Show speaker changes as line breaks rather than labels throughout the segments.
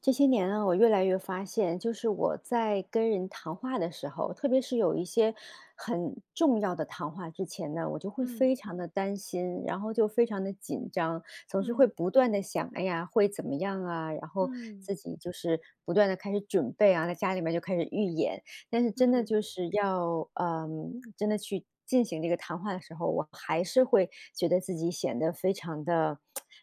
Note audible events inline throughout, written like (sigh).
这些年啊，我越来越发现，就是我在跟人谈话的时候，特别是有一些很重要的谈话之前呢，我就会
嗯
非常的担心，然后就非常的紧张，总是会
嗯
不断的想，哎呀，会怎么样啊？然后
嗯
自己就是不断的开始准备啊，在家里面就开始预演，但是
嗯
真的
嗯
就是要，真的去进行这个谈话的时候，我还是会觉得自己显得非常的、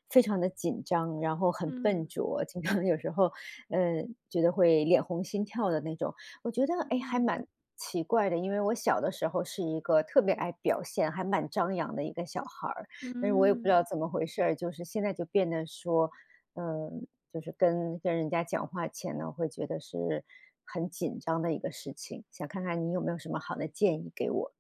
非常的紧张，然后很笨
嗯
拙，经常有时候，嗯，觉得会脸红心跳的那种。我觉得，
嗯
哎，还
嗯，
蛮奇怪的，因为我小的时候是一个特别爱表现，还蛮张扬的一个小孩儿，但是我也不知道怎么回事儿，就是现在就变得说，就是跟人家讲话前呢，会觉得是很紧张的一个事情，想看看你有没有什么好的建议给我？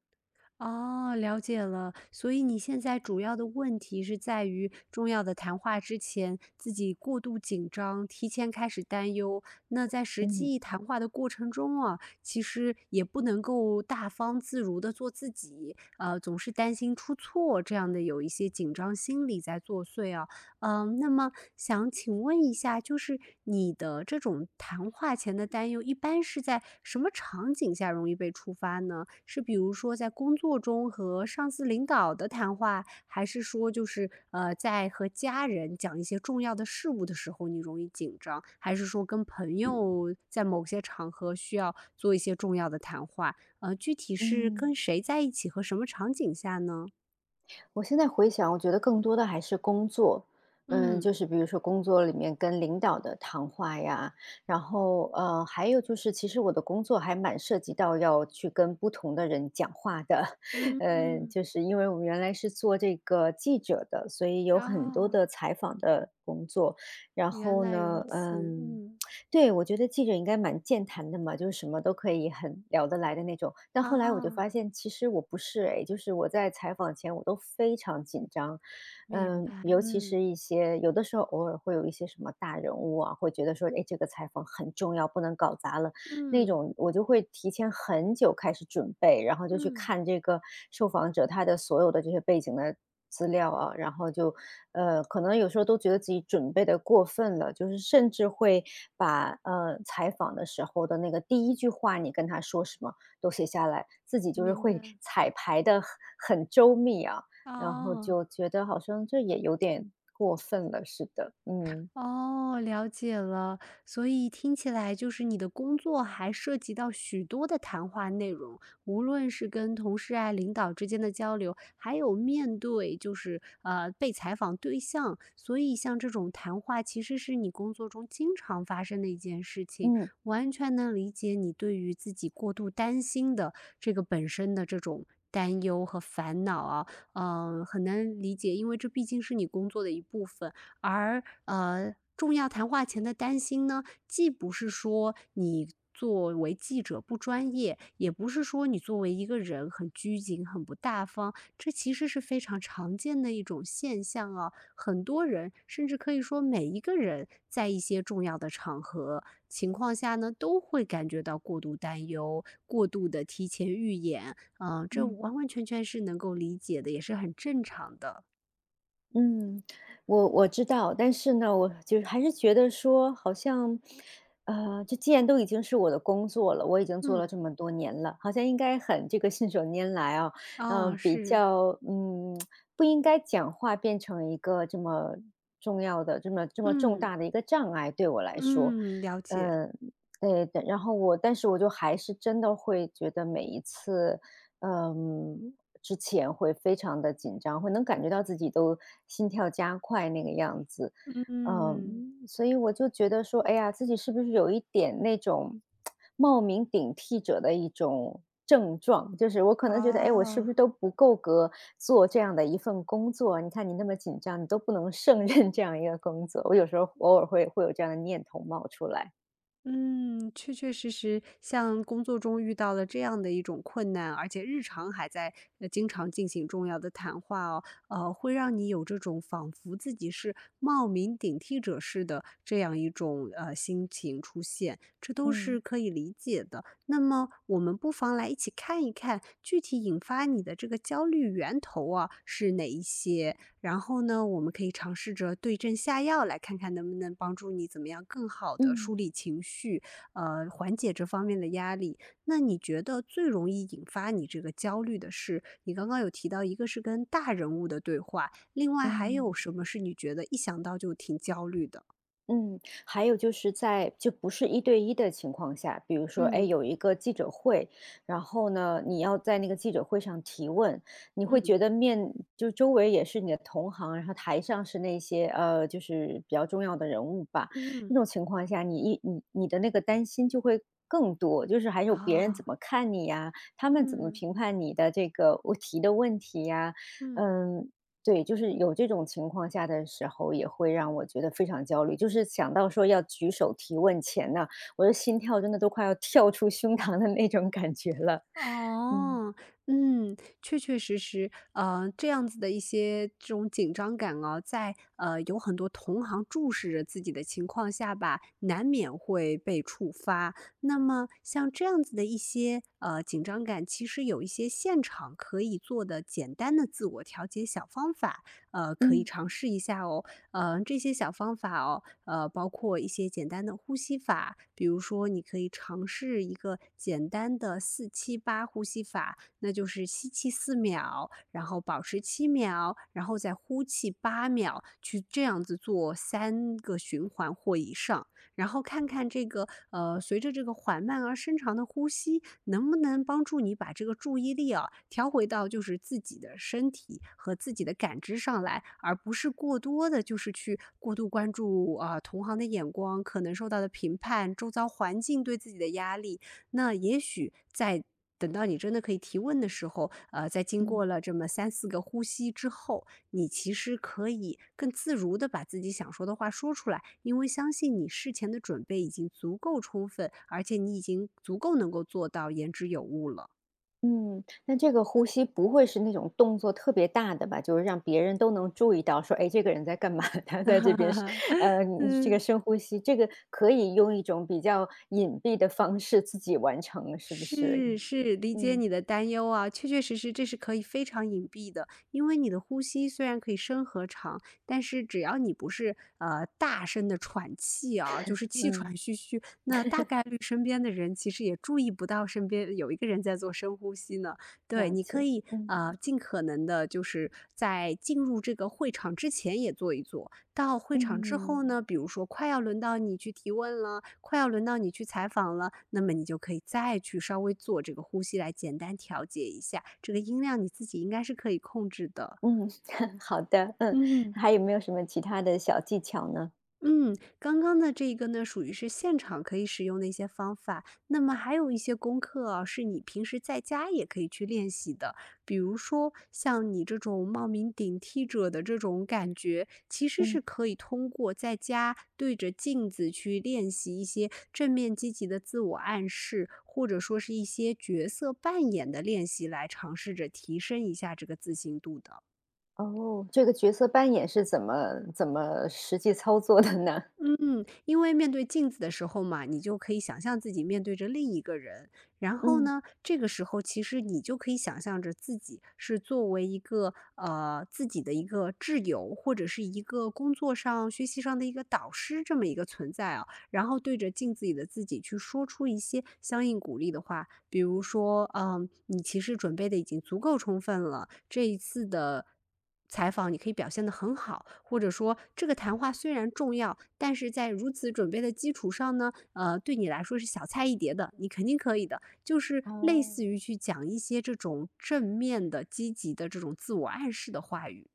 哦，了解了。所以你现在主要的问题是在于重要的谈话之前，自己过度紧张，提前开始担忧。那在实
嗯。
际谈话的过程中啊，其实也不能够大方自如的做自己，总是担心出错，这样的有一些紧张心理在作祟啊。嗯，那么想请问一下，就是你的这种谈话前的担忧，一般是在什么场景下容易被触发呢？是比如说在工作中和上司、领导的谈话，还是说就是,在和家人讲一些重要的事物的时候，你容易紧张？还是说跟朋友在某些场合需要做一些重要的谈话？具体是
嗯。
跟谁在一起和什么场景下呢？
我现在回想，我觉得更多的还是工作，嗯，就
嗯
是比如说工作里面跟领导的谈话呀，然后还有就是，其实我的工作还蛮涉及到要去跟不同的人讲话的，(laughs)
嗯
嗯，
嗯，
就是因为我们原来是做这个记者的，所以有很多
哦，
的采访的工作，然
原
后
来如
呢，
此。
嗯。
嗯
对，我觉得记者应该蛮健谈的嘛，就是什么都可以很聊得来的那种。但后来我就
啊，
发现，其实我不是诶，就是我在采访前我都非常紧张，
明
嗯，
白。
尤其是
嗯
一些有的时候偶尔会有一些什么大人物啊，会觉得说，哎，这个采访很重要，不能搞砸了。那
嗯
种我就会提前很久开始准备，然后就去
嗯，
看这个受访者他的所有的这些背景的资料啊，然后就，可能有时候都觉得自己准备的过分了，就是甚至会把，采访的时候的那个第一句话你跟他说什么都写下来，自己就是
明
会
白。
(laughs) 彩排的很周密啊，然后
哦。
就觉得好像这也有点过分了似的，嗯，
哦，了解了。所以听起来就是你的工作还涉及到许多的谈话内容，无论是跟同事啊、领导之间的交流，还有面对就是被采访对象，所以像这种谈话其实是你工作中经常发生的一件事情，
嗯，
完全能理解你对于自己过度担心的这个本身的这种。担忧和烦恼啊，嗯、很难理解，因为这毕竟是你工作的一部分。而重要谈话前的担心呢，既不是说你作为记者不专业，也不是说你作为一个人很拘谨、很不大方，这其实是非常常见的一种现象啊。很多人，甚至可以说每一个人，在一些重要的场合情况下呢，都会感觉到过度担忧、过度的提前预演，嗯、这
嗯。
完完全全是能够理解的，也是很正常的。
嗯，我知道，但是呢，我就是还是觉得说，好像，这既然都已经是我的工作了，我已经做
嗯，
了这么多年了，好像应该很这个信手拈来啊，
啊、
嗯、比
是，
较，嗯，不应该讲话变成一个这么重要的、这么重
嗯。
大的一个障碍对我来说，
嗯，了解。
嗯、对对，然后我，但是我就还是真的会觉得每一次。嗯，之前会非常的紧张，会能感觉到自己都心跳加快那个样子。嗯，
嗯，
所以我就觉得说，哎呀，自己是不是有一点那种冒名顶替者的一种症状，就是我可能觉得，哎，我是不
哦，
是都不够格做这样的一份工作，你看你那么紧张，你都不能胜任这样一个工作，我有时候偶尔会有这样的念头冒出来。
嗯，确确实实，像工作中遇到了这样的一种困难，而且日常还在经常进行重要的谈话哦，会让你有这种仿佛自己是冒名顶替者似的这样一种心情出现，这都
嗯
是可以理解的。那么，我们不妨来一起看一看，具体引发你的这个焦虑源头啊，是哪一些？然后呢，我们可以尝试着对症下药，来看看能不能帮助你怎么样更好的
嗯。
梳理情绪，缓解这方面的压力。那你觉得最容易引发你这个焦虑的是，你刚刚有提到一个是跟大人物的对话，另外还
嗯。
有什么是你觉得一想到就挺焦虑的？
嗯，还有就是在就不是一对一的情况下，比如说，哎，
嗯，
有一个记者会，然后呢，你要在那个记者会上提问，你会
嗯，
觉得面就周围也是你的同行，然后台上是那些就是比较重要的人物吧。那
嗯，
种情况下，你一你你的那个担心就会更多，就是还有别人怎
啊，
么看你呀，他们怎么
嗯，
评判你的这个我提的问题呀，
嗯。
嗯，对，就是有这种情况下的时候，也会让我觉得非常焦虑。就是想到说要举手提问前呢，我的心跳真的都快要跳出胸膛的那种感觉了。嗯
哦，嗯，确确实实，这样子的一些这种紧张感啊，在有很多同行注视着自己的情况下吧，难免会被触发。那么像这样子的一些紧张感，其实有一些现场可以做的简单的自我调节小方法，呃，可以
嗯
尝试一下哦。这些小方法哦，包括一些简单的呼吸法，比如说你可以尝试一个简单的四七八呼吸法，那就是吸气四秒，然后保持七秒，然后再呼气八秒，去这样子做三个循环或以上。然后看看这个,随着这个缓慢而深长的呼吸，能不能帮助你把这个注意力啊调回到就是自己的身体和自己的感知上来，而不是过多的就是去过度关注啊、同行的眼光，可能受到的评判，周遭环境对自己的压力。那也许在等到你真的可以提问的时候，在经
嗯
过了这么三四个呼吸之后，你其实可以更自如的把自己想说的话说出来，因为相信你事前的准备已经足够充分，而且你已经足够能够做到言之有物了。
嗯，那这个呼吸不会是那种动作特别大的吧？就是让别人都能注意到，说，哎，这个人在干嘛？(laughs) 他在这边是，
(laughs)
呃，这个
嗯。
深呼吸，这个可以用一种比较隐蔽的方式自己完成，是不是？
是是，理解
嗯
你的担忧啊，确确实实这是可以非常隐蔽的，因为你的呼吸虽然可以深和长，但是只要你不是大声的喘气啊，就是气
嗯，
喘吁吁，那大概率身边的人其实也注意不到身边有一个人在做深呼吸呢。对，
了
你可
解。
以
嗯
尽可能的，就是在进入这个会场之前也做一做，到会场之后
嗯。
呢，比如说快要轮到你去提问了，快要轮到你去采访了，那么你就可以再去稍微做这个呼吸来简单调节一下，这个音量你自己应该是可以控制的。
嗯，(laughs) 好的，嗯，
嗯。
还有没有什么其他的小技巧呢？
嗯，刚刚的这个呢，属于是现场可以使用的一些方法。那么还有一些功课啊，是你平时在家也可以去练习的。比如说，像你这种冒名顶替者的这种感觉，其实
嗯。
是可以通过在家对着镜子去练习一些正面积极的自我暗示，或者说是一些角色扮演的练习，来尝试着提升一下这个自信度的。
哦，这个角色扮演是怎么实际操作的呢？
嗯，因为面对镜子的时候嘛，你就可以想象自己面对着另一个人，然
(laughs)
后
嗯。
呢，这个时候其实你就可以想象着自己是作为一个自己的一个挚友，或者是一个工作上、学习上的一个导师这么一个存在啊。然后对着镜子里的自己去说出一些相应鼓励的话，比如说，嗯，你其实准备的已经足够充分了，这一次的采访你可以表现得很好，或者说这个谈话虽然重要，但是在如此准备的基础上呢，对你来说是小菜一碟的，你肯定可以的，就是类
哦。
似于去讲一些这种正面的、积极的这种自我暗示的话语。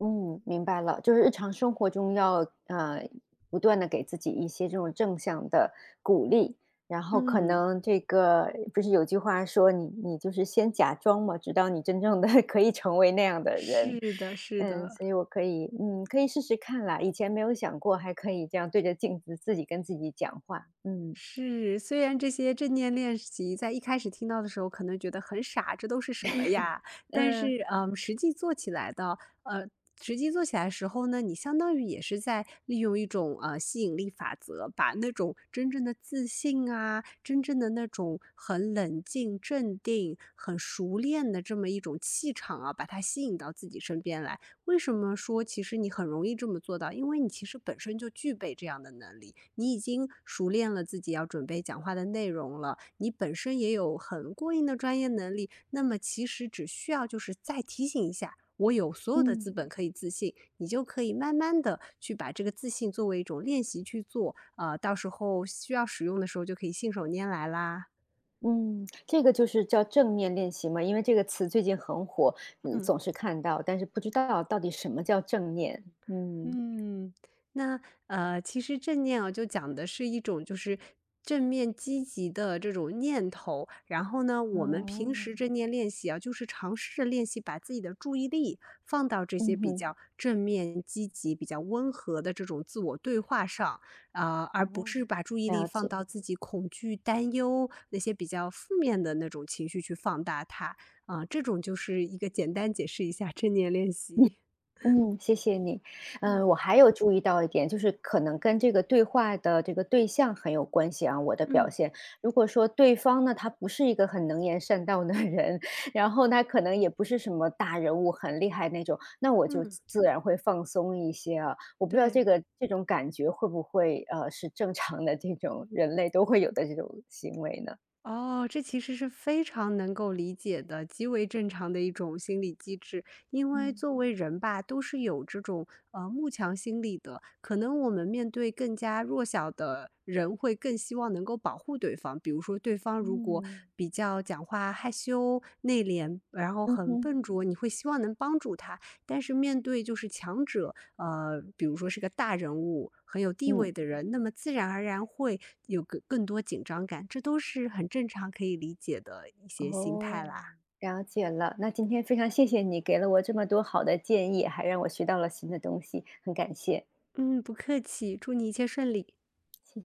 嗯，明白了，就是日常生活中要不断的给自己一些这种正向的鼓励，然后可
嗯，
能这个不是有句话说你就是先假装嘛，直到你真正的 (laughs) 可以成为那样的人，
是的，是
嗯，
的。
所以我可以可以试试看啦，以前没有想过还可以这样对着镜子自己跟自己讲话，嗯
是，虽然这些正念练习在一开始听到的时候，可能觉得很傻，这都是什么呀？但
嗯
是，嗯，实际做起来的时候呢，你相当于也是在利用一种吸引力法则，把那种真正的自信啊，真正的那种很冷静、镇定、很熟练的这么一种气场啊，把它吸引到自己身边来。为什么说其实你很容易这么做到？因为你其实本身就具备这样的能力，你已经熟练了自己要准备讲话的内容了，你本身也有很过硬的专业能力，那么其实只需要就是再提醒一下，我有所有的
嗯，
资本可以自信，你就可以慢慢的去把这个自信作为一种练习去做，到时候需要使用的时候就可以信手拈来啦。
嗯，这个就是叫正念练习嘛，因为这个词最近很火，嗯，
嗯。
总是看到，但是不知道到底什么叫正念。嗯，
嗯，那,其实正念啊，就讲的是一种就是正面积极的这种念头。然后呢，我们平
哦，
时正念练习啊，就是尝试着练习把自己的注意力放到这些
嗯
比
哼，
较正面、积极、比较温和的这种自我对话上，啊、而不
哦。
是把注意力
了
放
解。
到自己恐惧、担忧那些比较负面的那种情绪去放大它。啊、这种就是一个简单解释一下正念练习。
嗯，谢谢你。嗯，我
嗯
还有注意到一点，就是可能跟这个对话的这个对象很有关系啊，我的表
嗯
现。如果说对方呢，他不是一个很能言善道的人，(laughs) 然后他可能也不是什么大人物，很厉害那种，那我就
嗯。
自然会放松一些啊。我不知道
对，
这个这种感觉会不会是正常的这种人类都会有的这种行为呢？
哦，这其实是非常能够理解的，极为正常的一种心理机制。因为
嗯
作为人吧，都是有这种慕强心理的。可能我们面对更加弱小的人，会更希望能够保护对方。比如说，对方如果
嗯。
比较讲话害羞、内敛，然后
嗯
很
哼，
笨拙，你会希望能帮助他。但是面对就是强者，比如说是个大人物、很有地
嗯。
位的人，那么自然而然会有个更多紧张感，这都是很正常可以理解的一些心态
哦，
啦。
了解了。那今天非常谢谢你给了我这么多好的建议，还让我学到了新的东西，很感谢，
嗯，不客气，祝你一切顺利。
谢谢